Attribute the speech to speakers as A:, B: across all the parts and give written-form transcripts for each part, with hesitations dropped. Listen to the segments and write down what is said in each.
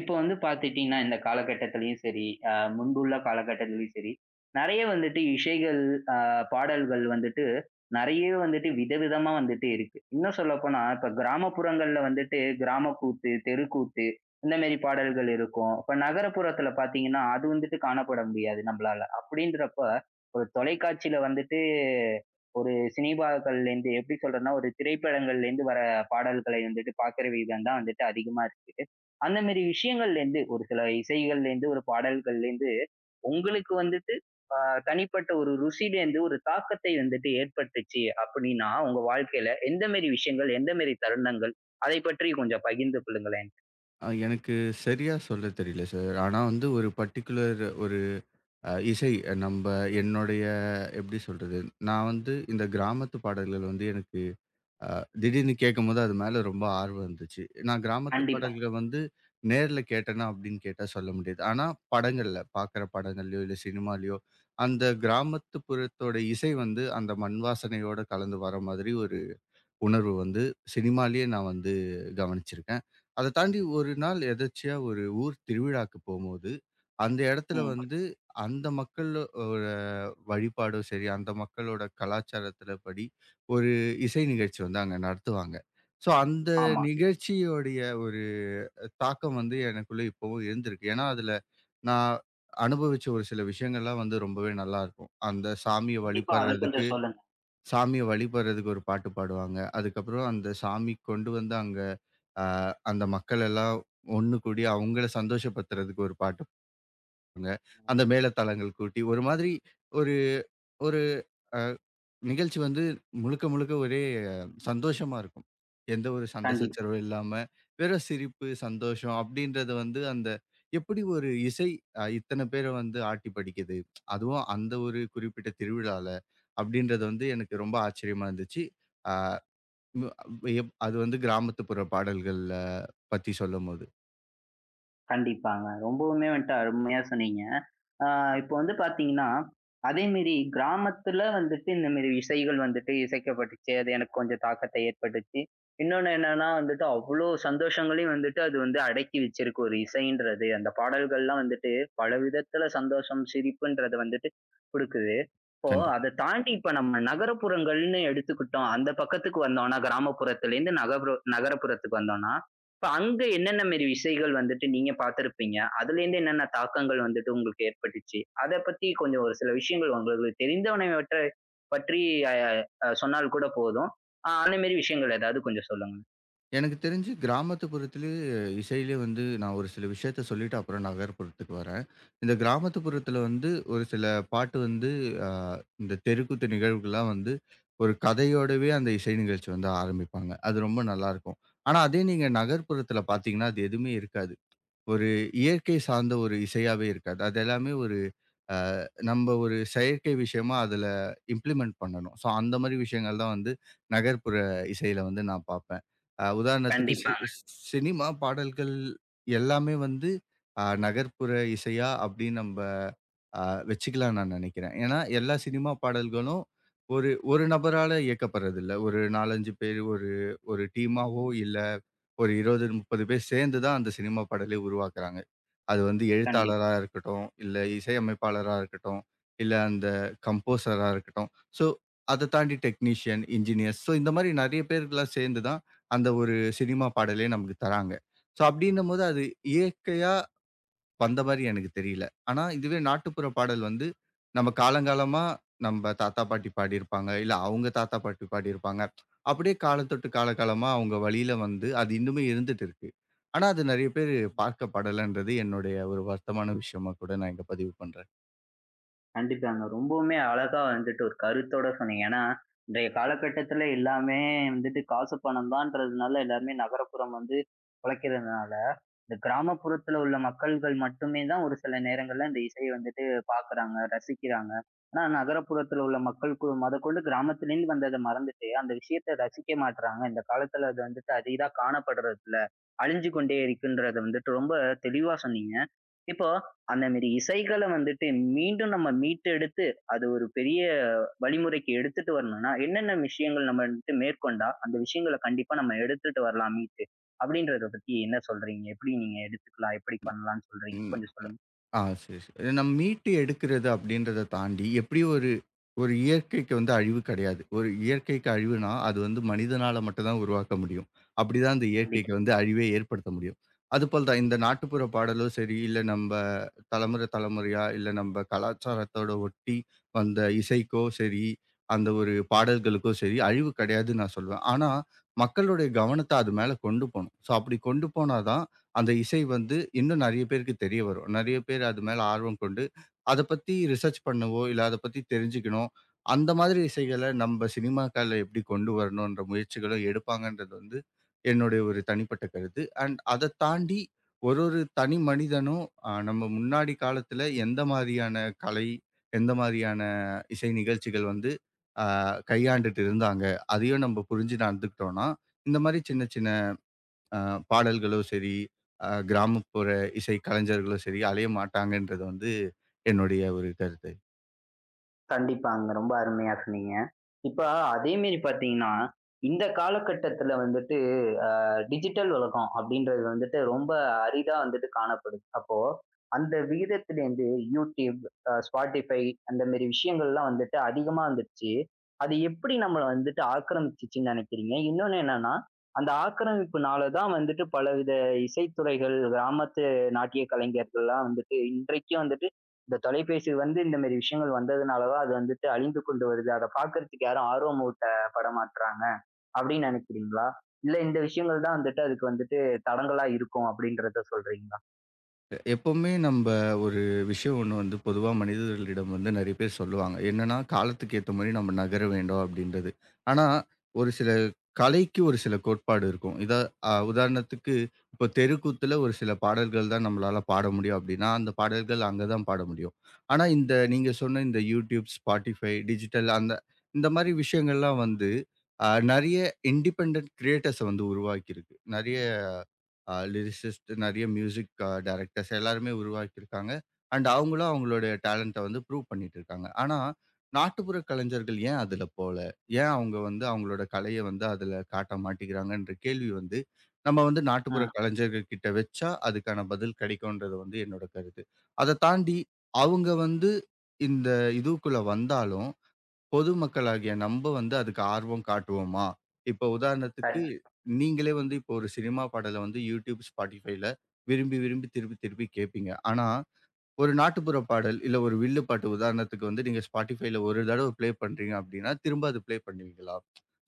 A: இப்போ வந்து பார்த்துட்டீங்கன்னா, இந்த காலகட்டத்திலயும் சரி, முன்புள்ள காலகட்டத்திலயும் சரி, நெறைய வந்துட்டு இசைகள், அ பாடல்கள் வந்துட்டு நெறைய வந்துட்டு விதவிதமா வந்துட்டு இருக்கு. இன்னும் சொல்லப்போனா, இப்ப கிராமப்புறங்கள்ல வந்துட்டு கிராமக்கூத்து, தெருக்கூத்து இந்த மாரி பாடல்கள் இருக்கும். இப்ப நகரப்புறத்துல பார்த்தீங்கன்னா, அது வந்துட்டு காணப்பட முடியாது நம்மளால. அப்படின்றப்ப ஒரு தொலைக்காட்சியில வந்துட்டு ஒரு சினிமாக்கள்லேருந்து எப்படி சொல்றதுன்னா, ஒரு திரைப்படங்கள்லேருந்து வர பாடல்களை வந்துட்டு பார்க்குற விதம் தான் வந்துட்டு அதிகமா இருக்கு. அந்த மாதிரி விஷயங்கள்ல இருந்து ஒரு சில இசைகள்ல இருந்து ஒரு பாடல்கள்ல இருந்து உங்களுக்கு வந்துட்டு தனிப்பட்ட ஒரு ருசியில இருந்து ஒரு தாக்கத்தை வந்துட்டு ஏற்பட்டுச்சு அப்படின்னா உங்க வாழ்க்கையில எந்த மாதிரி விஷயங்கள் எந்த மாதிரி தருணங்கள் அதை பற்றி கொஞ்சம் பகிர்ந்து கொள்ளுங்களேன்.
B: எனக்கு சரியா சொல்ல தெரியல சார். ஆனா வந்து ஒரு பர்ட்டிகுலர் ஒரு அ இசை நம்ப என்னுடைய எப்படி சொல்றது? நான் வந்து இந்த கிராமத்து பாடல்கள் வந்து எனக்கு அ திடீர்னு கேட்கும்போது அது மேல ரொம்ப ஆர்வம் இருந்துச்சு. நான் கிராமத்து
A: கண்டிப்பா.
B: பாடல்கள் வந்து நேர்ல கேட்டேனா அப்படின்னு கேட்டா சொல்ல முடியாது. ஆனா படங்கள்ல, பார்க்குற படங்கள்லயோ, இல்ல சினிமாலயோ, அந்த கிராமத்துப்புறத்தோட இசை வந்து அந்த மண் வாசனையோட கலந்து வர மாதிரி ஒரு உணர்வு வந்து சினிமாலயே நான் வந்து கவனிச்சிருக்கேன். அத தாண்டி ஒரு நாள் எதர்ச்சியா ஒரு ஊர் திருவிழாக்கு போம்போது, அந்த இடத்துல
A: ம்.
B: வந்து அந்த மக்களோட வழிபாடும் சரி, அந்த மக்களோட கலாச்சாரத்துல படி ஒரு இசை நிகழ்ச்சி வந்து அங்க நடத்துவாங்க. ஸோ, அந்த
A: ஆமா.
B: நிகழ்ச்சியோடைய ஒரு தாக்கம் வந்து எனக்குள்ள இப்பவும் இருந்திருக்கு. ஏன்னா, அதுல நான் அனுபவிச்ச ஒரு சில விஷயங்கள்லாம் வந்து ரொம்பவே நல்லாருக்கும். அந்த சாமிய
A: கண்டிப்பா அதை
B: வழிபடுறதுக்கு
A: கொஞ்சம் சொல்லுங்க.
B: சாமிய வழிபடுறதுக்கு ஒரு பாட்டு பாடுவாங்க. அதுக்கப்புறம் அந்த சாமி கொண்டு வந்து அங்க அ அந்த மக்கள் எல்லாம் ஒண்ணு கூடி அவங்கள சந்தோஷப்படுத்துறதுக்கு ஒரு பாட்டு பாடுவாங்க. அந்த
A: ம்,
B: மேளதாளங்கள் கூட்டி ஒரு மாதிரி ஒரு ஒரு அ நிகழ்ச்சி வந்து முழுக்க முழுக்க ஒரே சந்தோஷமா இருக்கும். எந்த ஒரு சண்டை
A: கண்டிப்பா.
B: சச்சரவும் இல்லாம, வெறும் சிரிப்பு, சந்தோஷம் அப்படின்றது வந்து அந்த எப்படி ஒரு இசை இத்தன பேர வந்து ஆட்டி படிக்குது. அதுவும் அந்த ஒரு குறிப்பிட்ட திருவிழால அப்படின்றது வந்து எனக்கு ரொம்ப ஆச்சரியமா இருந்துச்சு. அ ம் எப் அது வந்து கிராமத்துப்புற பாடல்கள்ல பத்தி சொல்லும்போது.
A: கண்டிப்பாங்க, ரொம்பவுமே வந்துட்டு அருமையா சொன்னீங்க. ஆ இப்போ வந்து பார்த்தீங்கன்னா, அதேமாரி கிராமத்துல வந்துட்டு இந்த மாரி இசைகள் வந்துட்டு இசைக்கப்பட்டுச்சு. அது எனக்கு கொஞ்சம் தாக்கத்தை ஏற்பட்டுச்சு. இன்னொன்னு என்னன்னா வந்துட்டு, அவ்ளோ சந்தோஷங்களையும் வந்துட்டு அது வந்து அடக்கி வச்சிருக்கு ஒரு இசைன்றது. அந்த பாடல்கள்லாம் வந்துட்டு பல விதத்துல சந்தோஷம், சிரிப்புன்றத வந்துட்டு குடுக்குது. இப்போ
B: கண்டிப்பா.
A: அத தாண்டி இப்ப நம்ம நகரப்புறங்கள்னு எடுத்துக்கிட்டோம். அந்த பக்கத்துக்கு வந்தோம்னா, கிராமப்புறத்துலேருந்து நகரப்புறத்துக்கு வந்தோம்னா, இப்ப அங்க என்னென்ன மாரி விஷயங்கள் வந்துட்டு நீங்க பார்த்திருப்பீங்க? அதுலேருந்து என்னென்ன தாக்கங்கள் வந்துட்டு உங்களுக்கு ஏற்பட்டுச்சு? அத பத்தி கொஞ்சம் ஒரு சில விஷயங்கள் உங்களுக்கு தெரிந்தவனவற்ற பற்றி அ அ சொன்னால் கூட போதும். அந்த மாரி விஷயங்கள் ஏதாவது கொஞ்சம் சொல்லுங்க.
B: எனக்கு தெரிஞ்சு கிராமத்துப்புறத்திலே இசையிலே வந்து நான் ஒரு சில விஷயத்த சொல்லிட்டு அப்புறம் நகர்ப்புறத்துக்கு வரேன். இந்த கிராமத்துப்புறத்தில வந்து ஒரு சில பாட்டு வந்து அ இந்த தெருக்கூத்து நிகழ்வுகள்லாம் வந்து ஒரு கதையோடவே அந்த இசை நிகழ்ச்சி வந்து ஆரம்பிப்பாங்க. அது ரொம்ப நல்லாருக்கும். ஆனா அதே நீங்க நகர்ப்புறத்தில பார்த்தீங்கன்னா, அது எதுவுமே இருக்காது. ஒரு இயற்கை சார்ந்த ஒரு இசையாவே இருக்காது. அது எல்லாமே ஒரு அ நம்ம ஒரு செயற்கை விஷயமா அதுல இம்ப்ளிமெண்ட் பண்ணணும். ஸோ அந்த மாரி விஷயங்கள் தான் வந்து நகர்ப்புற இசையில வந்து நான் பார்ப்பேன். உதாரணத்துக்கு
A: கண்டிப்பாங்க.
B: சினிமா பாடல்கள் எல்லாமே வந்து நகர்ப்புற இசையா அப்படின்னு நம்ப அ வச்சுக்கலாம் நான் நினைக்கிறேன். ஏன்னா எல்லா சினிமா பாடல்களும் ஒரு ஒரு நபரால இயக்கப்படுறதில்ல. ஒரு 4, 5 பேர் ஒரு ஒரு டீமாவோ இல்ல ஒரு 20, 30 பேர் சேர்ந்து தான் அந்த சினிமா பாடலே உருவாக்குறாங்க. அது வந்து
A: கண்டிப்பா.
B: எழுத்தாளரா இருக்கட்டும், இல்ல இசையமைப்பாளரா இருக்கட்டும், இல்ல அந்த கம்போசரா இருக்கட்டும். ஸோ, அத தாண்டி டெக்னீஷியன், இன்ஜினியர்ஸ் ஸோ இந்த மாரி நெறைய பேருக்குலாம் சேர்ந்து தான் அந்த ஒரு சினிமா பாடலே நமக்கு தராங்க. ஸோ, அப்டின்னும்போது அது இயற்கையா வந்த மாரி எனக்கு தெரியல. ஆனா, இதுவே நாட்டுப்புற பாடல் வந்து, நம்ம காலங்காலமா நம்ப தாத்தா, பாட்டி பாடியிருப்பாங்க. இல்ல அவங்க தாத்தா, பாட்டி பாடியிருப்பாங்க. அப்படியே காலத்தொட்டு காலகாலமா அவங்க வழியில வந்து, அது இன்னுமே இருந்துட்டு இருக்கு. ஆனா, அது நெறைய பேரு பார்க்கப்படலன்றது என்னுடைய ஒரு வருத்தமான விஷயமா கூட நான் இங்க பதிவு பண்றேன்.
A: கண்டிப்பாங்க, ரொம்பவுமே அழகா வந்துட்டு ஒரு கருத்தோட சொன்னீங்க. ஏன்னா, இன்றைய காலகட்டத்தில எல்லாமே வந்துட்டு காசு பணம் தான்றதுனால எல்லாருமே நகரப்புறம் வந்து உழைக்கிறதுனால இந்த கிராமப்புறத்துல உள்ள மக்கள்கள் மட்டுமே தான் ஒரு சில நேரங்கள்ல இந்த இசைய வந்துட்டு பாக்குறாங்க, ரசிக்கிறாங்க. ஆனா நகரப்புறத்துல உள்ள மக்கள் மொதக்கொண்டு கிராமத்திலேருந்து வந்தத மறந்துட்டு, அந்த விஷயத்த ரசிக்க மாட்றாங்க. இந்த காலத்துல அது வந்துட்டு அரிதா காணப்படுறது இல்ல. அழிஞ்சு கொண்டே இருக்குன்றத வந்துட்டு ரொம்ப தெளிவா சொன்னீங்க. இப்போ அந்த மேரி இசைகள வந்துட்டு மீண்டும் நம்ம மீட்டெடுத்து, அது ஒரு பெரிய வழிமுறைக்கு எடுத்துட்டு வரணும்னா, என்னென்ன விஷயங்கள் நம்ம வந்துட்டு மேற்கொண்டா, அந்த விஷயங்கள கண்டிப்பா நம்ம எடுத்துட்டு வரலாம் மீட்டு? அப்படின்றத பத்தி என்ன சொல்றீங்க? எப்படி நீங்க எடுத்துக்கலாம்? எப்படி பண்ணலாம்ன்னு சொல்றீங்க?
B: ம்.
A: கொஞ்சம் சொல்லுங்க.
B: ஆ சரி, சரி. நம்ம மீட்டு எடுக்கிறது அப்படின்றத தாண்டி, எப்படி ஒரு ஒரு இயற்கைக்கு வந்து அழிவு கிடையாது. ஒரு இயற்கைக்கு அழிவுனா, அது வந்து மனிதனால மட்டும் தான் உருவாக்க முடியும். அப்படிதான் அந்த
A: கண்டிப்பா.
B: இயற்கைக்கு வந்து அழிவே ஏற்படுத்த முடியும். அதுபோல தான் இந்த நாட்டுப்புற பாடலும் சரி, இல்ல நம்ப தலைமுறை தலைமுறையா, இல்ல நம்ப கலாச்சாரத்தோட ஒட்டி வந்த இசைக்கோ சரி, அந்த ஒரு பாடல்களுக்கோ சரி, அழிவு கிடையாதுன்னு நான் சொல்லுவேன். ஆனா, மக்களுடைய கவனத்த அது மேல கொண்டு போணும். ஸோ, அப்படி கொண்டு போனா தான், அந்த இசை வந்து இன்னும் நெறைய பேருக்கு தெரிய வரும். நெறைய பேர் அது மேல ஆர்வம் கொண்டு, அத பத்தி ரிசர்ச் பண்ணவோ, இல்ல அத பத்தி தெரிஞ்சுக்கணும். அந்த மாதிரி இசைகள நம்ப சினிமாக்கள்ல எப்படி கொண்டு வரணுன்ற முயற்சிகளும் எடுப்பாங்கன்றது வந்து, என்னுடைய ஒரு தனிப்பட்ட கருத்து. அண்ட் அத தாண்டி ஒரு ஒரு தனி மனிதனும் நம்ம முன்னாடி காலத்துல எந்த மாதிரியான கலை, எந்த மாதிரியான இசை நிகழ்ச்சிகள் வந்து அ கையாண்டுட்டு இருந்தாங்க. அதையும் நம்ம புரிஞ்சு நடந்துக்கிட்டோம்னா, இந்த மாரி சின்ன சின்ன அ பாடல்களும் சரி, கிராமப்புற இசை கலைஞர்களும் சரி அலைய மாட்டாங்கன்றது வந்து என்னுடைய ஒரு கருத்து.
A: கண்டிப்பாங்க, ரொம்ப அருமையா சொன்னீங்க. இப்ப அதே மாரி பார்த்தீங்கன்னா, இந்த காலகட்டத்தில வந்துட்டு அ டிஜிட்டல் உலகம் அப்படின்றது வந்துட்டு ரொம்ப அரிதா வந்துட்டு காணப்படுது. அப்போ அந்த விகிதத்திலேருந்து YouTube, Spotify அந்த மாரி விஷயங்கள்லாம் வந்துட்டு அதிகமா வந்துடுச்சு. அது எப்படி நம்மள வந்துட்டு ஆக்கிரமிச்சுச்சுன்னு நெனைக்கிறீங்க? இன்னொன்னு என்னன்னா, அந்த ஆக்கிரமிப்புனால தான் வந்துட்டு பலவித இசைத்துறைகள், கிராமத்து நாட்டிய கலைஞர்கள்லாம் வந்துட்டு இன்றைக்கும் வந்துட்டு இந்த தொலைபேசி வந்து இந்த மாரி விஷயங்கள் வந்ததுனால தான் அது வந்துட்டு அழிந்து கொண்டு வருது. அத பாக்குறதுக்கு யாரும் ஆர்வம் ஊட்ட படமாட்றாங்க அப்படின்னு நினைக்கிறீங்களா? இல்ல இந்த விஷயங்கள் தான் வந்துட்டு அதுக்கு வந்துட்டு தடங்கலா இருக்கும் அப்படின்றத சொல்றீங்களா?
B: எப்பவுமே நம்ப ஒரு விஷயம் ஒண்ணு வந்து பொதுவா மனிதர்களிடம் வந்து நெறைய பேர் சொல்லுவாங்க. என்னன்னா, "காலத்துக்கு ஏத்த மாரி நம்ம நகர வேண்டும்." அப்படின்றது. ஆனா, ஒரு சில கலைக்கு ஒரு சில கோட்பாடு இருக்கும். இதா உதாரணத்துக்கு, இப்போ தெருக்கூத்துல ஒரு சில பாடல்கள் தான் நம்மளால பாட முடியும் அப்படின்னா, அந்த பாடல்கள் அங்க தான் பாட முடியும். ஆனா, இந்த நீங்க சொன்ன இந்த YouTube, Spotify, டிஜிட்டல் அந்த இந்த மாரி விஷயங்கள்லாம் வந்து, அ நெறைய இண்டிபெண்டன்ட் கிரியேட்டர்ஸ வந்து உருவாக்கியிருக்கு. நெறைய லிரிசிஸ்ட் நெறைய மியூசிக் டைரக்டர்ஸ் எல்லாருமே உருவாக்கியிருக்காங்க. அண்ட் அவங்களும் அவங்களுடைய டேலண்ட்ட வந்து ப்ரூவ் பண்ணிட்டு இருக்காங்க. ஆனா, நாட்டுப்புற கலைஞர்கள் ஏன் அதுல போல? ஏன் அவங்க வந்து அவங்களோட கலைய வந்து அதுல காட்ட மாட்டேங்கிறாங்கன்ற கேள்வி வந்து, நம்ம வந்து நாட்டுப்புற
A: ம்.
B: கலைஞர்கள் கிட்ட வச்சா அதுக்கான பதில் கிடைக்கும்ன்றது வந்து என்னோட கருத்து. அத தாண்டி அவங்க வந்து இந்த இதுக்குள்ள வந்தாலும், பொதுமக்களாகிய நம்ப வந்து அதுக்கு ஆர்வம் காட்டுவோமா? இப்போ உதாரணத்துக்கு
A: கண்
B: நீங்களே வந்து இப்போ ஒரு சினிமா பாடல வந்து YouTube, Spotifyல விரும்பி, விரும்பி திருப்பி, திருப்பி கேட்பீங்க. ஆனா, ஒரு நாட்டுப்புற பாடல், இல்ல ஒரு வில்லு பாட்டு உதாரணத்துக்கு வந்து நீங்க Spotifyல ஒரு தடவ ப்ளே பண்றீங்க அப்டின்னா, திரும்ப அது ப்ளே பண்ணுவீங்களா?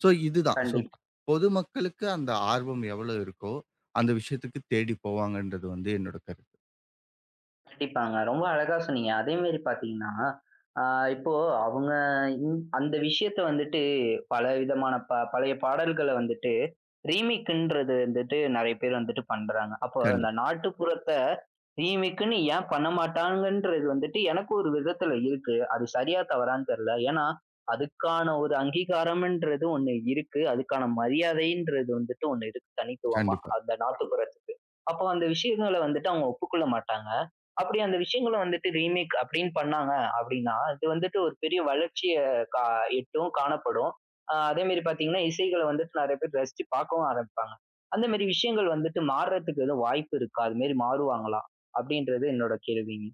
B: ஸோ இதுதான். ஸோ
A: கண்டிப்பா.
B: பொதுமக்களுக்கு அந்த ஆர்வம் எவ்வளோ இருக்கோ, அந்த விஷயத்துக்கு தேடி போவாங்கன்றது வந்து என்னோட கருத்து.
A: கண்டிப்பாங்க, ரொம்ப அழகா சொன்னீங்க. அதே மாரி பார்த்தீங்கன்னா, ஆ இப்போ அவங்க அந்த விஷயத்த வந்துட்டு பல விதமான பழைய பாடல்கள வந்துட்டு ரீமேக்குன்றது வந்துட்டு நெறைய பேர் வந்துட்டு பண்றாங்க. அப்போ அந்த
B: கண்டிப்
A: நாட்டுப்புறத்த ரீமேக்குன்னு ஏன் பண்ண மாட்டாங்கன்றது வந்துட்டு எனக்கு ஒரு விதத்துல இருக்கு. அது சரியா தவறான்னு தெரியல. ஏன்னா, அதுக்கான ஒரு அங்கீகாரம்ன்றது ஒண்ணு இருக்கு. அதுக்கான மரியாதைன்றது வந்துட்டு ஒண்ணு இருக்கு தனித்துவமா,
B: கண்டிப்பா.
A: அந்த நாட்டுப்புறத்துக்கு. அப்போ அந்த விஷயங்கள வந்துட்டு அவங்க ஒப்புக்கொள்ள மாட்டாங்க. அப்படி அந்த விஷயங்களும் வந்துட்டு ரீமேக் அப்படின்னு பண்ணாங்க அப்படின்னா, அது வந்துட்டு ஒரு பெரிய வளர்ச்சிய கா எட்டும், காணப்படும். அதே மாரி பார்த்தீங்கன்னா, இசைகள வந்துட்டு நெறைய பேர் ரசிச்சு பார்க்கவும் ஆரம்பிப்பாங்க. அந்த மாரி விஷயங்கள் வந்துட்டு மாறுறதுக்கு எதுவும் வாய்ப்பு இருக்கா? அது மாரி மாறுவாங்களா? அப்படின்றது என்னோட கேள்விங்க.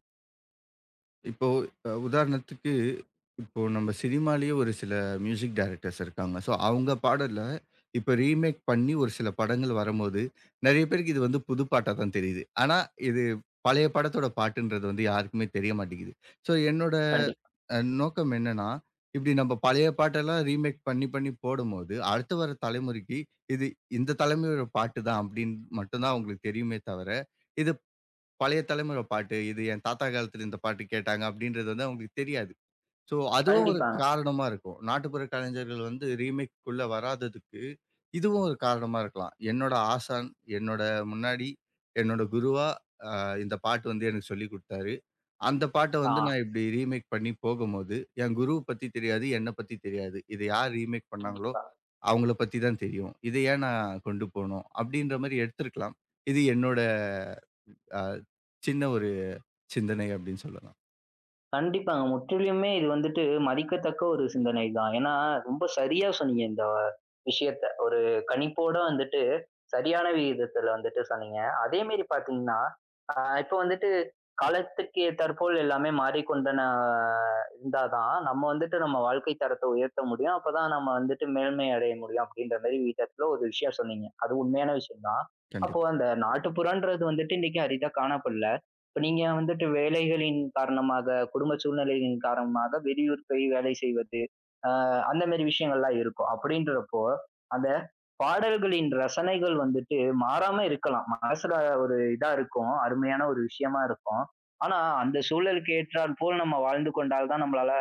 B: இப்போ உதாரணத்துக்கு இப்போ நம்ம சினிமாலயே ஒரு சில மியூசிக் டைரக்டர்ஸ் இருக்காங்க. ஸோ, அவங்க பாடல இப்ப ரீமேக் பண்ணி ஒரு சில படங்கள் வரும்போது, நெறைய பேருக்கு இது வந்து புது பாட்டா தான் தெரியுது. ஆனா, இது பழைய படத்தோட பாட்டுன்றது வந்து யாருக்குமே தெரிய மாட்டேங்குது. ஸோ, என்னோட
A: கண்டிப்பா.
B: நோக்கம் என்னன்னா, இப்படி நம்ம பழைய பாட்டெல்லாம் ரீமேக் பண்ணி பண்ணி போடும்போது, அடுத்து வர தலைமுறைக்கு இது இந்த தலைமுறையோட பாட்டு தான் அப்படின்னு மட்டும் தான் அவங்களுக்கு தெரியுமே தவிர, இது பழைய தலைமுறை பாட்டு. இது என் தாத்தா காலத்துல இந்த பாட்டு கேட்டாங்க அப்படின்றது வந்து அவங்களுக்கு தெரியாது. ஸோ, அதுவும் ஒரு
A: கண்டிப்பாங்க.
B: காரணமா இருக்கும். நாட்டுப்புற கலைஞர்கள் வந்து ரீமேக்குள்ள வராததுக்கு, இதுவும் ஒரு காரணமா இருக்கலாம். என்னோட ஆசான், என்னோட முன்னாடி என்னோட குருவா அ இந்த பாட்டு வந்து எனக்கு சொல்லிக் குடுத்தாரு. அந்த பாட்ட
A: ஆ.
B: வந்து நான் இப்படி ரீமேக் பண்ணி போகும்போது, என் குருவ பத்தி தெரியாது, என்ன பத்தி தெரியாது. இத யார் ரீமேக் பண்ணாங்களோ,
A: கண்டிப்பா.
B: அவங்கள பத்தி தான் தெரியும். இத ஏன் நான் கொண்டு போணும்? அப்படின்ற மாரி எடுத்திருக்கலாம். இது என்னோட அ சின்ன ஒரு சிந்தனை அப்படின்னு சொல்லலாம்.
A: கண்டிப்பாங்க, முற்றிலுமே இது வந்துட்டு மதிக்கத்தக்க ஒரு சிந்தனை தான். ஏன்னா, ரொம்ப சரியா சொன்னீங்க இந்த விஷயத்த. ஒரு கணிப்போட வந்துட்டு சரியான விகிதத்துல வந்துட்டு சொன்னீங்க. அதே மாரி பார்த்தீங்கன்னா, அ இப்போ வந்துட்டு காலத்துக்கு ஏத்தாற்போல் எல்லாமே மாறிக்கொண்டன இருந்தா தான், நம்ம வந்துட்டு நம்ம வாழ்க்கை தரத்த உயர்த்த முடியும். அப்பதான் நம்ம வந்துட்டு மேன்மை அடைய முடியும் அப்படின்ற மாரி விதத்துல ஒரு விஷயம் சொன்னீங்க. அது உண்மையான விஷயம் தான். அப்போ
B: கண்டிப்பா,
A: அந்த நாட்டுப்புறன்றது வந்துட்டு இன்னைக்கு அரிதா காணப்படல. இப்ப நீங்க வந்துட்டு வேலைகளின் காரணமாக, குடும்ப சூழ்நிலையின் காரணமாக வெளியூர் போய் வேலை செய்வது, அ அந்த மாரி விஷயங்கள்லாம் இருக்கும். அப்படின்றப்போ, அந்த பாடல்களின் ரசனைகள் வந்துட்டு மாறாம இருக்கலாம். மனசுல ஒரு இதா இருக்கும். அருமையான ஒரு விஷயமா இருக்கும். ஆனா, அந்த சூழலுக்கு ஏற்றாற் போல் நம்ம வாழ்ந்து கொண்டால் தான் நம்மளால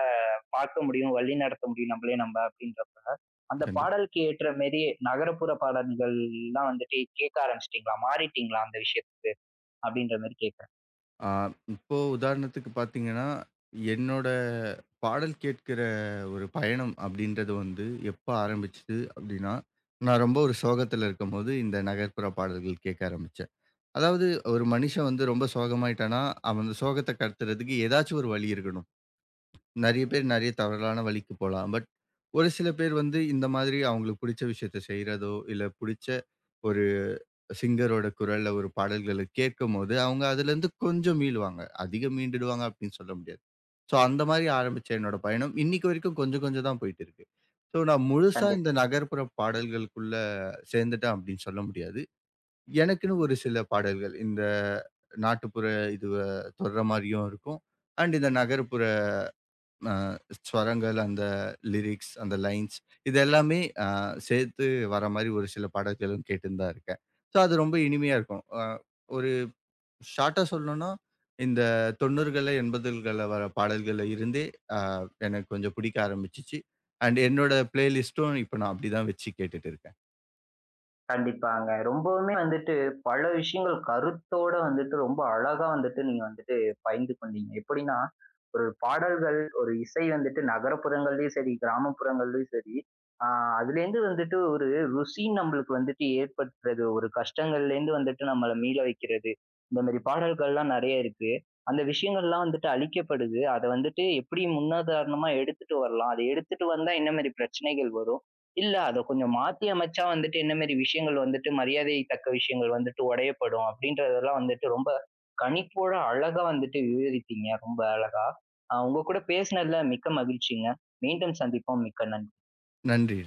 A: பார்க்க முடியும், வழிநடத்த முடியும் நம்மளே நம்ம அப்படின்றப்ப. அந்த
B: கண்டிப்பா.
A: பாடலுக்கு ஏற்ற மாரி நகரப்புற பாடல்கள்லாம் வந்துட்டு கேட்க ஆரம்பிச்சுட்டீங்களா? மாறிட்டீங்களா அந்த விஷயத்துக்கு? அப்படின்ற மாரி கேட்கிறேன்.
B: ஆ, இப்போ உதாரணத்துக்கு பார்த்தீங்கன்னா, என்னோட பாடல் கேட்கிற ஒரு பயணம் அப்படின்றது வந்து எப்ப ஆரம்பிச்சது அப்படின்னா, நான் ரொம்ப ஒரு சோகத்துல இருக்கும்போது இந்த நகர்ப்புற பாடல்கள் கேட்க ஆரம்பிச்சேன். அதாவது ஒரு
A: கண்டிப்பா.
B: மனுஷன் வந்து ரொம்ப சோகமாயிட்டான்னா, அவன் அந்த சோகத்த கடத்துறதுக்கு ஏதாச்சும் ஒரு வழி இருக்கணும். நெறைய பேர்
A: ம்.
B: நெறைய தவறான வழிக்கு போலாம். ஒரு சில பேர் வந்து இந்த மாதிரி அவங்களுக்கு புடிச்ச விஷயத்த செய்றதோ, இல்ல புடிச்ச ஒரு சிங்கரோட குரல்ல ஒரு பாடல்கள கேட்கும்போது, அவங்க அதுலருந்து கொஞ்சம் மீளுவாங்க. அதிகம் மீண்டுடுவாங்க அப்டின்னு சொல்ல முடியாது. ஸோ அந்த மாரி ஆரம்பிச்ச என்னோட பயணம், இன்னைக்கு வரைக்கும் கொஞ்சம் கொஞ்சம் தான் போயிட்டு இருக்கு. ஸோ நான் முழுசா
A: கண்டிப்
B: இந்த நகர்ப்புற பாடல்களுக்குள்ள சேர்ந்துட்டேன் அப்டின்னு சொல்ல முடியாது. எனக்குன்னு ஒரு சில பாடல்கள், இந்த நாட்டுப்புற இதுவ தொடுற மாரியும் இருக்கும். அண்ட் இந்த நகர்ப்புற அ ஸ்வரங்கள், அந்த லிரிக்ஸ், அந்த லைன்ஸ் இது எல்லாமே அ சேர்த்து வர மாரி ஒரு சில பாடல்களும் கேட்டுன்னு தான் இருக்கேன். ஸோ, அது ரொம்ப இனிமையா இருக்கும். ஒரு ஷார்ட்டா சொல்லணும்னா, இந்த 90கள, 80கள்ல வர பாடல்கள்ல இருந்தே அ எனக்கு கொஞ்சம் பிடிக்க ஆரம்பிச்சுச்சு. அண்ட் என்னோட பிளேலிஸ்ட்டும் இப்ப நான் அப்படி தான் வச்சு கேட்டுட்டு இருக்கேன்.
A: கண்டிப்பாங்க, ரொம்பவுமே வந்துட்டு பல விஷயங்கள் கருத்தோட வந்துட்டு ரொம்ப அழகா வந்துட்டு நீங்க வந்துட்டு பகிர்ந்து கொண்டீங்க. எப்படின்னா, ஒரு பாடல்கள், ஒரு இசை வந்துட்டு நகரப்புறங்கள்லயும் சரி, கிராமப்புறங்கள்லயும் சரி, ஆ அதுலேருந்து வந்துட்டு ஒரு ருசி நம்மளுக்கு வந்துட்டு ஏற்படுத்துறது, ஒரு கஷ்டங்கள்லேருந்து வந்துட்டு நம்மள மீள வைக்கிறது. இந்த மாரி பாடல்கள்லாம் நெறைய இருக்கு. அந்த விஷயங்கள்லாம் வந்துட்டு அழிக்கப்படுது. அத வந்துட்டு எப்படி முன்னுதாரணமா எடுத்துட்டு வரலாம்? அத எடுத்துட்டு வந்தா என்ன மாரி பிரச்சனைகள் வரும்? இல்ல. அத கொஞ்சம் மாத்தி அமைச்சா வந்துட்டு என்ன மாரி விஷயங்கள் வந்துட்டு மரியாதை தக்க விஷயங்கள் வந்துட்டு உடையப்படும் அப்படின்றதெல்லாம் வந்துட்டு ரொம்ப கணிப்போட அழகா வந்துட்டு விவரித்தீங்க. ரொம்ப அழகா. உங்க கூட பேசினதுல மிக்க மகிழ்ச்சிங்க. மீண்டும் சந்திப்போம். மிக்க நன்றி.
B: நன்றி.